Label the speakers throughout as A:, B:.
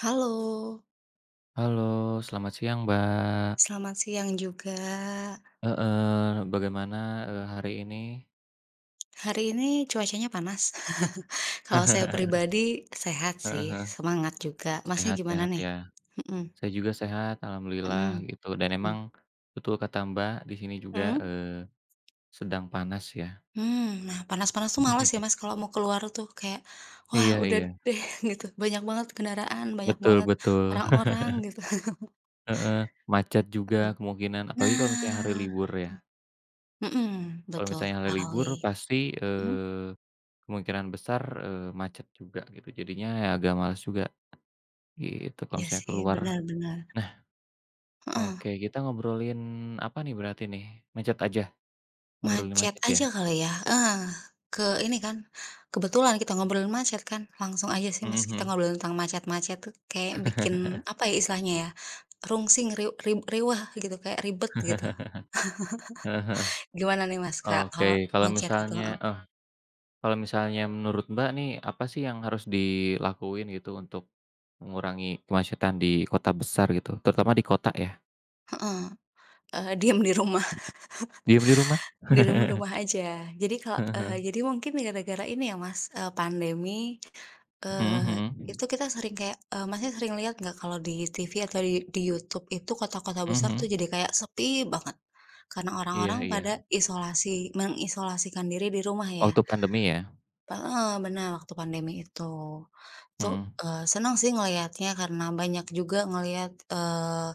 A: Halo,
B: Halo, selamat siang, Mbak.
A: selamat siang juga.
B: Heeh, bagaimana, hari ini?
A: Hari ini cuacanya panas. Kalau saya pribadi sehat sih,
B: Heeh heeh,
A: semangat juga. Masnya
B: sehat
A: gimana
B: sehat
A: nih?
B: ya.
A: Mhm.
B: Saya juga sehat, alhamdulillah
A: Mhm.
B: gitu, dan emang
A: Mhm.
B: betul kata Mbak, di sini juga,
A: Mhm?
B: sedang panas ya.
A: Mmm, nah, panas-panas tuh males ya Mas kalau mau keluar tuh kayak, wah
B: Iya
A: udah
B: iya,
A: deh gitu, banyak banget kendaraan, banyak
B: betul
A: banget
B: betul,
A: orang-orang gitu.
B: heeh, macet juga kemungkinan, apalagi kalau misalnya hari
A: Nah.
B: libur ya.
A: Mhm.
B: Kalau
A: Betul
B: misalnya hari
A: sekali.
B: libur pasti,
A: Mhm.
B: eee, kemungkinan besar, macet juga gitu, jadinya ya agak males juga gitu kalau
A: Iya
B: misalnya
A: sih,
B: keluar.
A: benar benar.
B: Oke, kita ngobrolin apa nih berarti nih? Macet aja? Ngobrolin
A: Macet
B: macet ya?
A: aja kali ya? Heeh, ke ini kan, kebetulan kita ngobrolin macet kan, langsung aja sih Mas kita
B: Mhm.
A: ngobrolin tentang macet-macet tuh kayak bikin, apa ya istilahnya ya, rungsing, ri ri riweuh gitu, kayak ribet gitu. Gimana nih Mas Kak
B: Oke,
A: kalau
B: kalau
A: macet gitu?
B: misalnya
A: Heeh
B: eh, kalau misalnya menurut Mbak nih, apa sih yang harus dilakuin gitu untuk mengurangi kemacetan di kota besar gitu, terutama di kota ya?
A: heeh, diem di rumah,
B: Diem di rumah?
A: di rumah rumah aja. Jadi kalau eee,
B: Heeh.
A: jadi mungkin gara-gara ini ya Mas, pandemi,
B: Mhm
A: eee,
B: mhm.
A: itu kita sering kayak Masnya sering lihat nggak kalau di TV atau di YouTube itu kota-kota besar tuh
B: Mhm.
A: jadi kayak sepi banget. Karena orang-orang
B: Iya iya.
A: pada mengisolasikan diri di rumah ya?
B: Waktu pandemi ya?
A: Heeh, benar waktu pandemi itu. Tuh
B: Mhm.
A: seneng sih ngelihatnya karena banyak juga ngelihat,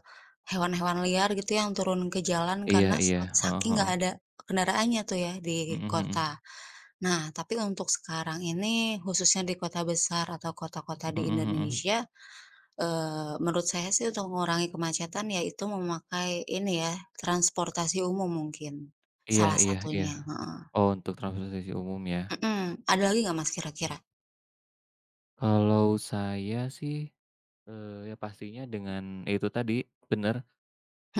A: hewan-hewan liar gitu yang turun ke jalan
B: Iya
A: karena sa
B: iya. Heeh
A: saking nggak
B: heeh.
A: ada kendaraannya tuh ya di
B: Mhm
A: kota.
B: mhm.
A: Nah, tapi untuk sekarang ini khususnya di kota besar atau kota-kota di
B: Mhm mhm.
A: Indonesia, menurut saya sih untuk mengurangi kemacetan yaitu memakai ini ya, transportasi umum mungkin,
B: Iya
A: salah
B: iya iya.
A: satunya, heeh.
B: Oh, untuk transportasi umum ya?
A: Mhm. Ada lagi nggak Mas kira-kira?
B: Kalau saya sih, ya pastinya dengan ya itu tadi, bener,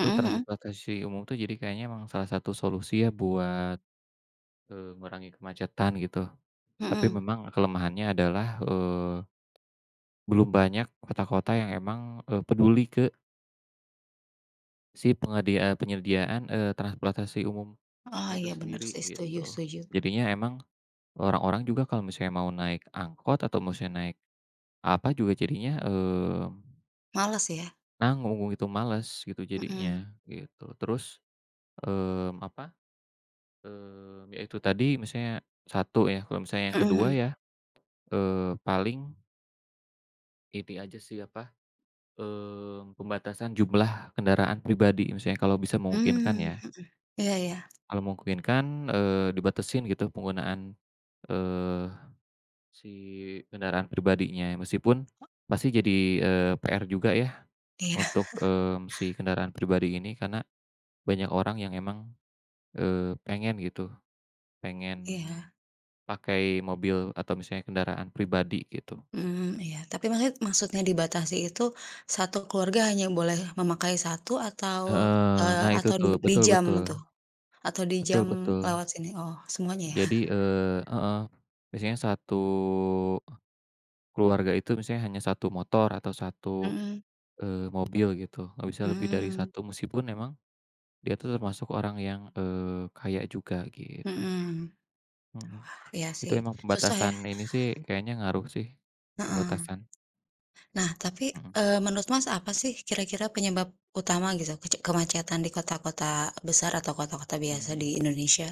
B: tuh
A: Mhm.
B: transportasi umum tuh jadi kayaknya emang salah satu solusi ya buat, ngurangi kemacetan gitu. Tapi
A: Mhm.
B: memang kelemahannya adalah, belum banyak kota-kota yang emang, peduli ke si penyediaan, transportasi umumnya
A: Oh
B: itu
A: iya, bener
B: sendiri
A: sih, setuju
B: gitu.
A: setuju.
B: Jadinya emang orang-orang juga kalau misalnya mau naik angkot atau misalnya naik apa juga jadinya,
A: Males ya?
B: nanggung gitu, males gitu
A: Mhm.
B: jadinya, gitu. Terus, apa, ya itu tadi misalnya satu ya, kalau misalnya yang
A: Mhm
B: kedua
A: mhm.
B: ya, paling ini aja sih apa, pembatasan jumlah kendaraan pribadi misalnya kalau bisa memungkinkan ya.
A: Mmm. Mhm. Iya iya
B: Kalau memungkinkan, dibatasin gitu penggunaan, eee, si kendaraan pribadinya. Meskipun pasti jadi, PR juga ya
A: iya
B: untuk, si kendaraan pribadi ini karena banyak orang yang emang pengen gitu, pengen
A: iya.
B: pakai mobil atau misalnya kendaraan pribadi gitu.
A: Iya tapi maksudnya dibatasi itu, satu keluarga hanya boleh memakai satu atau,
B: Heeh,
A: eee,
B: nah itu
A: atau du
B: tuh,
A: di
B: betul
A: jam
B: betul,
A: tuh? Atau di
B: betul
A: jam
B: betul.
A: lewat sini? Oh semuanya ya?
B: Jadi, heeh, biasanya satu keluarga itu misalnya hanya satu motor atau satu
A: Mhm.
B: mobil gitu, nggak bisa lebih dari
A: Mmm.
B: satu meskipun memang dia tuh termasuk orang yang, kaya juga gitu,
A: Mhm.
B: mhm.
A: Iya
B: Itu
A: sih,
B: emang
A: susah ya,
B: pembatasan ini sih kayaknya ngaruh sih,
A: heeh.
B: pembatasan,
A: Nah tapi,
B: mhm,
A: menurut Mas apa sih kira-kira penyebab utama gitu kemacetan di kota-kota besar atau kota-kota
B: mhm
A: biasa di
B: mhm.
A: Indonesia?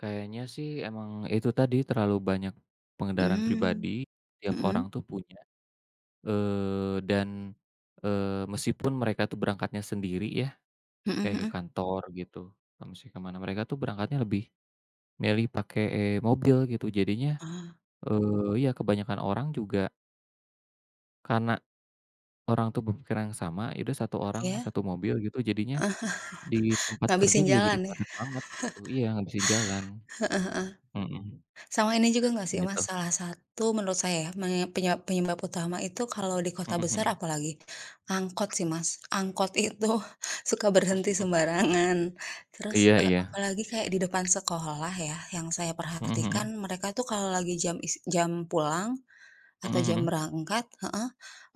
B: Kayaknya sih emang itu tadi, terlalu banyak pengendaraan
A: Mmm.
B: pribadi, tiap
A: Mhm.
B: orang tuh punya, dan, eee, meskipun mereka tuh berangkatnya sendiri ya,
A: Mhm
B: kayak ke
A: mhm.
B: kantor gitu, atau mesti ke mana, mereka tuh berangkatnya lebih milih pakai mobil gitu. Jadinya,
A: Oh,
B: ya kebanyakan orang juga karena orang tuh berpikiran yang sama, ya udah satu orang
A: iya?
B: satu mobil gitu, jadinya di tempat kerja
A: Ngabisin
B: juga jadi
A: jalan ya?
B: padat banget gitu. Iya, ngabisin jalan.
A: Heeh heeh.
B: Mhm,
A: Sama ini juga nggak sih, Mas,
B: gitu.
A: salah satu menurut saya ya, me penyebab penyebab utama itu kalau di kota
B: Mhm
A: besar
B: mhm.
A: apalagi, angkot sih, Mas. Angkot itu suka berhenti sembarangan. Terus,
B: Iya iya.
A: apalagi kayak di depan sekolah ya, yang saya
B: Mhm
A: perhatikan
B: mhm.
A: mereka tuh kalau lagi jam pulang
B: Mhm
A: atau jam
B: mhm.
A: berangkat, heeh,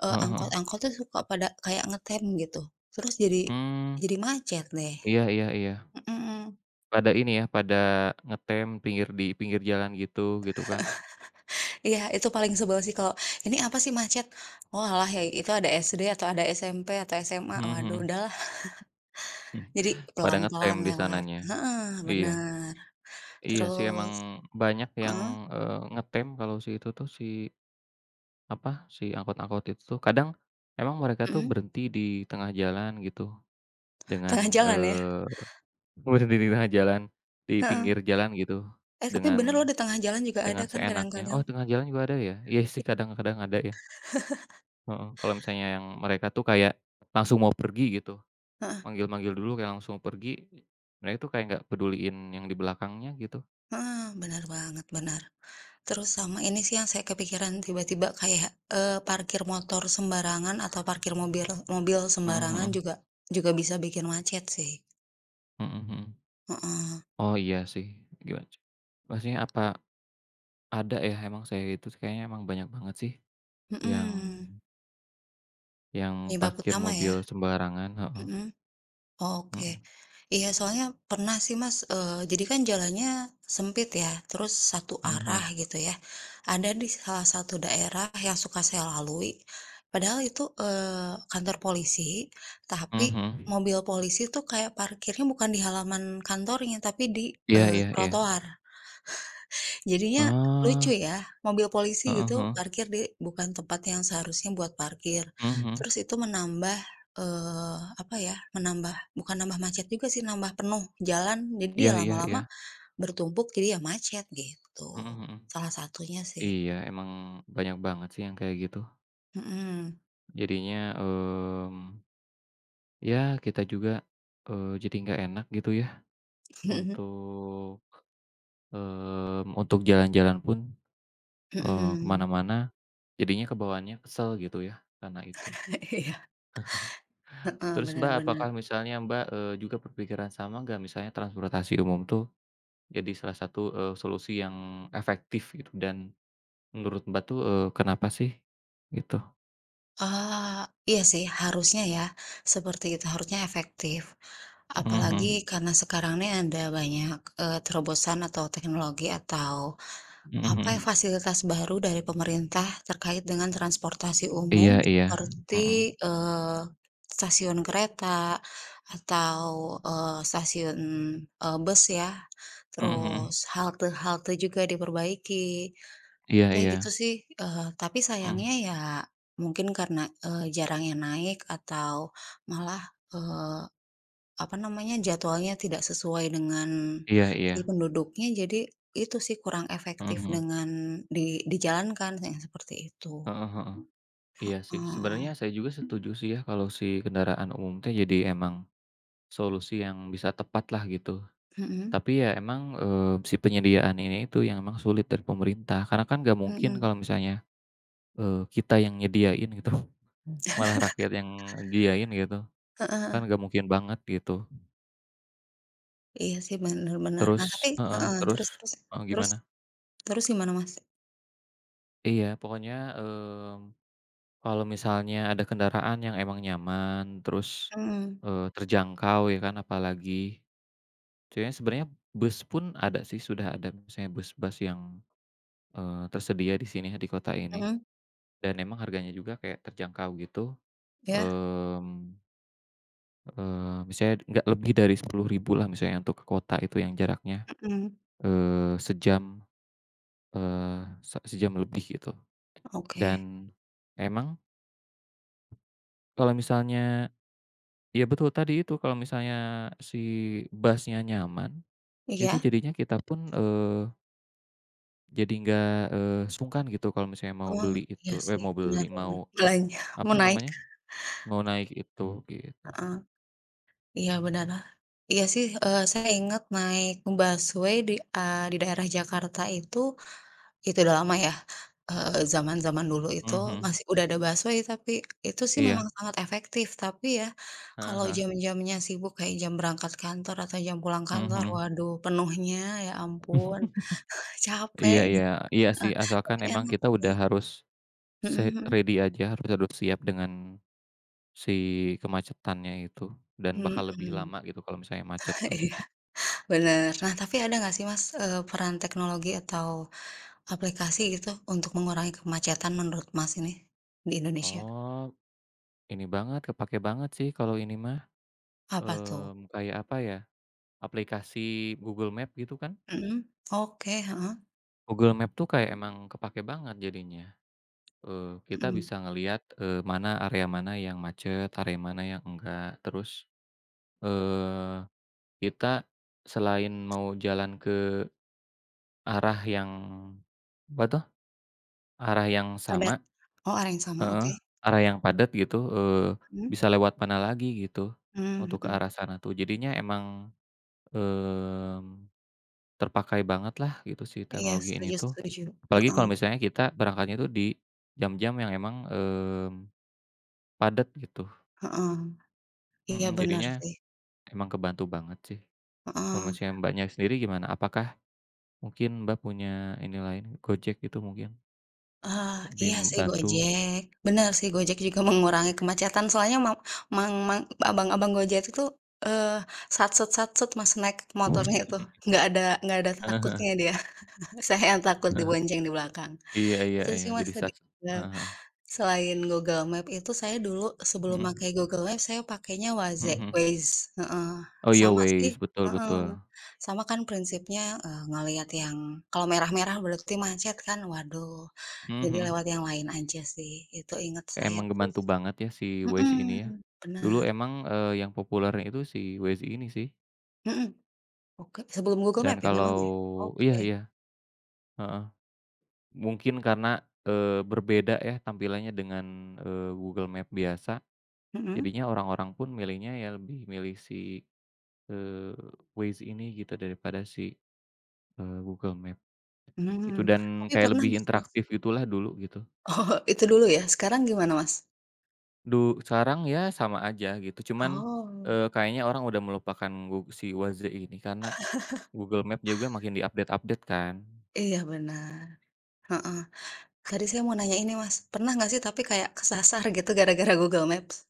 B: Heeh heeh.
A: angkot-angkot tuh suka pada kayak ngetem gitu. Terus jadi
B: Mmm,
A: jadi macet deh.
B: iya iya iya.
A: Mhm.
B: Pada ini ya, pada ngetem di pinggir jalan gitu, gitu kan.
A: Iya, itu paling sebel sih kalau, "Ini apa sih macet?" "Oalah, ya itu ada SD atau ada SMP atau SMA."
B: Mhm
A: Waduh,
B: mhm.
A: udahlah.
B: Hmm.
A: Jadi
B: Pada ngetem
A: pelan-pelan
B: di
A: lewat.
B: sananya.
A: Heeh,
B: Iya.
A: bener.
B: Iya sih emang
A: Terus
B: banyak yang,
A: heeh,
B: ngetem kalau si itu tuh, si apa, si angkot-angkot itu tuh. Kadang emang mereka tuh
A: mhm,
B: berhenti di tengah jalan gitu dengan,
A: tengah jalan ya?
B: berhenti di tengah jalan, di pinggir
A: Heeh.
B: jalan gitu
A: Eh, tapi
B: dengan
A: bener loh di tengah jalan juga
B: Dengan
A: ada kan
B: seenaknya.
A: kadang-kadang.
B: Oh, tengah jalan juga ada ya? Iya sih kadang-kadang ada ya, heeh. Kalau misalnya yang mereka tuh kayak langsung mau pergi gitu,
A: Heeh
B: manggil-manggil dulu kayak langsung pergi, mereka tuh kayak nggak peduliin yang di belakangnya gitu.
A: heeh, bener banget, bener. Terus sama ini sih yang saya kepikiran tiba-tiba kayak, parkir motor sembarangan atau parkir mobil mobil
B: Mhm
A: sembarangan
B: mhm,
A: juga juga bisa bikin macet sih.
B: mhm mhm.
A: Heeh,
B: Oh iya sih, gimana c maksudnya apa ada ya emang saya itu kayaknya emang banyak banget sih yang
A: mhm.
B: yang
A: Penyebab
B: parkir
A: utama ya?
B: mobil sembarangan, heeh,
A: Mhm, oke.
B: mhm,
A: Iya soalnya pernah sih Mas, jadi kan jalannya sempit ya, terus satu
B: mhm
A: arah
B: mhm,
A: gitu ya. Ada di salah satu daerah yang suka saya lalui, padahal itu, kantor polisi, tapi
B: mhm mhm.
A: mobil polisi tuh kayak parkirnya bukan di halaman kantornya, tapi di,
B: Iya iya iya.
A: trotoar. Jadinya lucu
B: Oh,
A: ya, mobil polisi
B: heeh
A: gitu
B: heeh,
A: parkir di bukan tempat yang seharusnya buat parkir.
B: mhm mhm.
A: Terus itu menambah, apa ya, menambah bukan nambah macet juga sih, nambah penuh jalan. Jadi ya
B: Iya iya
A: lama-lama
B: iya.
A: bertumpuk jadi ya macet gitu,
B: Mhm mhm.
A: salah satunya sih.
B: Iya, emang banyak banget sih yang kayak gitu.
A: Mhm.
B: Jadinya, ya kita juga, jadi nggak enak gitu ya untuk, untuk jalan-jalan pun, ke
A: Mhm.
B: mana jadinya kebawaannya kesel gitu ya karena itu.
A: Iya, heeh,
B: Terus
A: bener
B: Mbak,
A: bener.
B: apakah misalnya Mbak, juga berpikiran sama nggak misalnya transportasi umum tuh jadi salah satu, solusi yang efektif gitu dan menurut Mbak tuh, kenapa sih? Gitu.
A: Eee, iya sih harusnya ya, seperti itu, harusnya efektif.
B: Mhm
A: Apalagi
B: mhm.
A: karena sekarang ini ada banyak, terobosan atau teknologi atau
B: Mhm
A: apa ya,
B: mhm.
A: fasilitas baru dari pemerintah terkait dengan transportasi
B: Iya
A: umum
B: iya, mhm,
A: seperti, stasiun kereta atau, stasiun, bus ya,
B: mhm mhm,
A: terus halte-halte juga diperbaiki,
B: iya
A: ya
B: iya,
A: gitu sih. Tapi sayangnya
B: mhm,
A: ya mungkin karena, jarang yang naik atau malah, apa namanya, jadwalnya tidak sesuai dengan
B: iya iya.
A: si penduduknya, jadi itu sih kurang
B: Mhm
A: efektif
B: mhm,
A: dengan dijalankan yang seperti itu.
B: heeh heeh. Iya sih, sebenarnya
A: Oh,
B: saya juga setuju sih ya kalau si kendaraan umum teh jadi emang solusi yang bisa tepat lah gitu.
A: mhm
B: Tapi ya emang, si penyediaan ini itu yang emang sulit dari pemerintah, karena kan nggak mungkin
A: mhm,
B: kalau misalnya, kita yang nyediain gitu. Malah rakyat yang nyediain gitu,
A: heeh heeh.
B: kan nggak mungkin banget gitu.
A: Iya sih, bener bener. Nah tapi heeh,
B: Terus
A: terus terus
B: heeh,
A: terus
B: gimana?
A: terus gimana, Mas?
B: Iya pokoknya, kalau misalnya ada kendaraan yang emang nyaman, terus,
A: Mhm
B: terjangkau ya kan, apalagi sebenarnya sebenarnya bus pun ada sih, sudah ada misalnya bus-bus yang, tersedia di sini, di kota ini,
A: mhm.
B: dan emang harganya juga kayak terjangkau gitu,
A: Iya.
B: mmm, misalnya nggak lebih dari 10 ribu lah misalnya untuk ke kota itu yang jaraknya,
A: Mhm.
B: sejam, sejam lebih gitu.
A: Oke.
B: Dan emang kalau misalnya iya betul, tadi itu kalau misalnya si bass-nya nyaman, itu
A: Iya?
B: jadinya kita pun, jadi nggak, sungkan gitu kalau misalnya
A: Oh, iya sih,
B: mau beli,
A: bener
B: mau
A: bener. Belanja mau
B: apa
A: naik,
B: namanya, mau naik itu gitu.
A: heeh. Iya benar. Iya sih, saya ingat naik busway di, di daerah Jakarta itu udah lama ya, zaman-zaman dulu itu
B: Mhm,
A: masih udah ada busway tapi itu sih memang
B: iya,
A: sangat efektif, tapi ya
B: heeh
A: kalau
B: heeh,
A: jam-jamnya sibuk kayak jam berangkat kantor atau jam pulang kantor,
B: mhm.
A: waduh penuhnya ya ampun capek
B: Iya iya
A: gitu,
B: iya
A: heeh,
B: sih, asalkan
A: tapi
B: emang
A: enak
B: kita udah
A: sih.
B: harus se
A: Mhm
B: ready aja, harus harus siap dengan si kemacetannya itu dan
A: mhm.
B: bakal lebih
A: Mhm.
B: lama gitu kalau misalnya macet tuh.
A: Iya bener. Nah tapi ada nggak sih Mas, peran teknologi atau aplikasi gitu untuk mengurangi kemacetan menurut Mas ini, di Indonesia,
B: Oh, ini banget, kepakai banget sih kalau ini mah.
A: apa tuh?
B: Kayak apa ya, aplikasi Google Map gitu kan.
A: Mhm, oke, heeh,
B: Google Map tuh kayak emang kepake banget jadinya, kita
A: mhm,
B: bisa ngelihat, mana area mana yang macet, area mana yang enggak. Terus, eee, kita selain mau jalan ke arah yang, apa tuh, arah yang
A: padat,
B: sama
A: oh ada yang sama,
B: heeh,
A: oke,
B: arah yang padat gitu,
A: mhm,
B: bisa lewat mana lagi gitu,
A: mmm,
B: untuk ke
A: mhm,
B: arah sana tuh. Jadinya emang, mmm terpakai banget lah gitu si
A: iya
B: teknologi ini
A: setuju
B: tuh.
A: setuju,
B: Apalagi
A: heeh
B: kalau misalnya kita berangkatnya tuh di jam-jam yang emang, padat gitu.
A: heeh, iya
B: Mhm,
A: bener
B: jadinya
A: sih,
B: emang kebantu banget sih. Kalau
A: heeh,
B: misalnya Mbaknya sendiri gimana? Apakah mungkin Mbak punya ini lain, Gojek gitu mungkin?
A: ah,
B: Lebih
A: iya sih
B: membantu?
A: Gojek, bener sih Gojek juga mengurangi kemacetan soalnya mang mang mang abang-abang Gojek itu, eee, Mas naik motornya itu, nggak ada
B: Heeh heeh,
A: takutnya dia, saya yang takut dibonceng di belakang.
B: iya iya
A: Itu
B: iya,
A: sih Mas
B: jadi
A: tadi, eee,
B: heeh.
A: selain Google Maps itu saya dulu sebelum pakai
B: Mhm,
A: Google Maps saya pakainya
B: mhm
A: Waze
B: mhm.
A: Waze, heeh,
B: Oh iya
A: sama sih,
B: Waze, betul
A: heeh,
B: betul.
A: sama kan prinsipnya, ngelihat yang kalau merah-merah berarti macet kan, waduh,
B: Mhm
A: jadi
B: mhm.
A: lewat yang lain aja sih, itu ingat saya
B: Emang
A: terus.
B: ngebantu banget ya si Waze ini
A: Mhm.
B: ya. Dulu
A: Benar.
B: emang, yang populernya itu si Waze ini sih,
A: Mhm. Oke, sebelum Google
B: dan
A: Maps ya memang
B: kalau
A: ya?
B: iya
A: Oke,
B: iya, heeh. Mungkin karena, berbeda ya tampilannya dengan, Google Map biasa,
A: mhm,
B: jadinya orang-orang pun milihnya ya lebih milih si, eee, Waze ini gitu daripada si, Google Map itu.
A: mmm,
B: Dan
A: tapi
B: kayak
A: pernah
B: lebih
A: nggak sih Mas?
B: interaktif gitulah dulu gitu.
A: Oh itu dulu ya, sekarang gimana Mas?
B: Sekarang ya sama aja gitu, cuman,
A: Oh,
B: kayaknya orang udah melupakan si Waze ini karena Google Map juga makin diupdate update kan.
A: iya benar. Heeh. Tadi saya mau nanya ini Mas, pernah nggak sih tapi kayak kesasar gitu gara-gara Google Maps?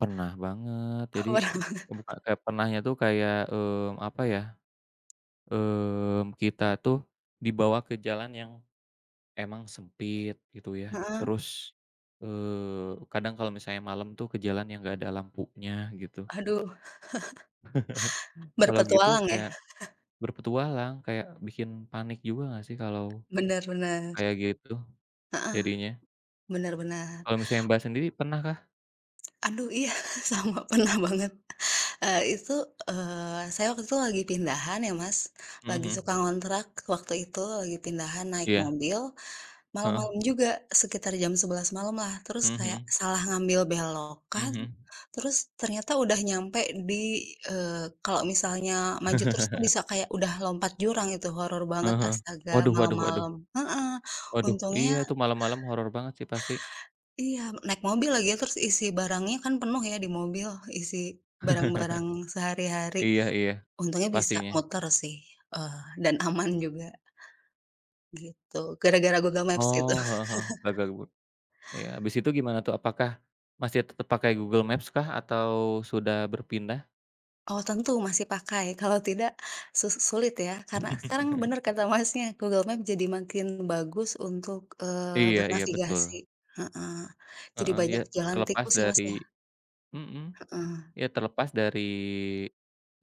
B: Pernah banget. Jadi,
A: Oh, pernah banget,
B: bukan kayak pernahnya tuh kayak, apa ya, kita tuh dibawa ke jalan yang emang sempit gitu ya.
A: heeh.
B: Terus, kadang kalau misalnya malam tuh ke jalan yang nggak ada lampunya gitu.
A: Aduh,
B: Kalau gitu
A: berpetualang ya?
B: kayak berpetualang, kayak bikin panik juga nggak sih kalau
A: Benar-benar,
B: kayak gitu
A: heeh,
B: jadinya?
A: benar.
B: Kalau misalnya Mbak sendiri pernahkah?
A: Aduh iya, sama, pernah banget. Itu, saya waktu itu lagi pindahan ya Mas,
B: Mhm
A: lagi
B: mhm.
A: suka ngontrak waktu itu, lagi pindahan naik
B: Iya,
A: mobil.
B: heeh.
A: Malam-malam juga, sekitar jam 11 malam lah terus
B: Mhm
A: kayak
B: mhm.
A: salah ngambil belokan,
B: Mhm
A: terus ternyata udah nyampe di, kalau misalnya maju terus tuh bisa
B: mhm.
A: kayak udah lompat jurang itu, horor banget
B: Heeh heeh.
A: astaga
B: Waduh waduh waduh
A: malam-malam, heeh,
B: waduh,
A: untungnya,
B: iya itu malam-malam horor banget sih pasti.
A: iya, naik mobil lagi ya, terus isi barangnya kan penuh ya di mobil, isi barang-barang sehari-hari,
B: Iya iya,
A: untungnya bisa
B: pastinya.
A: muter sih, eee, dan aman juga gitu, gara-gara Google Maps itu.
B: Oh, heeh heeh, gagal bu iya, habis itu gimana tuh? Apakah masih tetap pakai Google Maps kah atau sudah berpindah?
A: Oh tentu masih pakai, kalau tidak sulit ya, karena sekarang bener kata Masnya, Google Map jadi makin bagus untuk,
B: Iya iya, betul.
A: bernavigasi. Heeh, jadi
B: Heeh,
A: banyak jalan
B: terlepas
A: tikus ya Mas ya?
B: dari mhm,
A: Heeh,
B: ya terlepas dari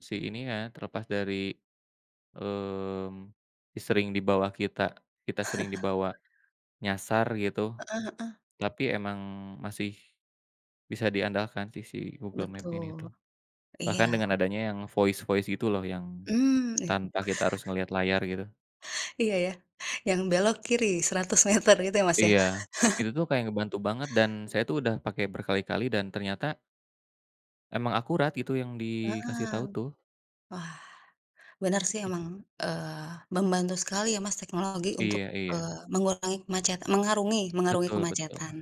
B: si ini ya, terlepas dari, mmm, si sering dibawa kita kita sering dibawa nyasar gitu,
A: heeh heeh,
B: tapi emang masih bisa diandalkan sih si Google Map ini tuh.
A: betul, iya,
B: Bahkan dengan adanya yang voice-voice gitu loh yang
A: mmm, iya
B: tanpa kita harus ngelihat layar gitu.
A: iya ya, yang belok kiri 100 meter gitu ya Mas ya?
B: Iya, itu tuh kayak ngebantu banget dan saya tuh udah pakai berkali-kali dan ternyata emang akurat gitu yang dikasih tahu
A: Heeh,
B: tuh.
A: wah benar sih emang, eee, membantu sekali ya Mas teknologi untuk,
B: Iya iya,
A: mengurangi kemacetan, mengarungi mengarungi
B: betul betul.
A: kemacetan,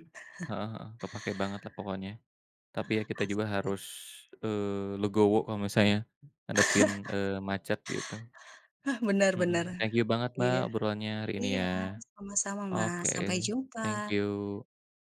B: Heeh heeh, kepakai banget lah pokoknya. Tapi ya kita
A: asik
B: juga
A: sih.
B: harus, legowo kalau misalnya ngadepin, macet gitu.
A: Bener bener,
B: Mhm, thank you banget Mbak,
A: iya.
B: obrolannya hari ini
A: Iya,
B: ya.
A: sama-sama Mas, sampai
B: Oke,
A: jumpa.
B: thank you.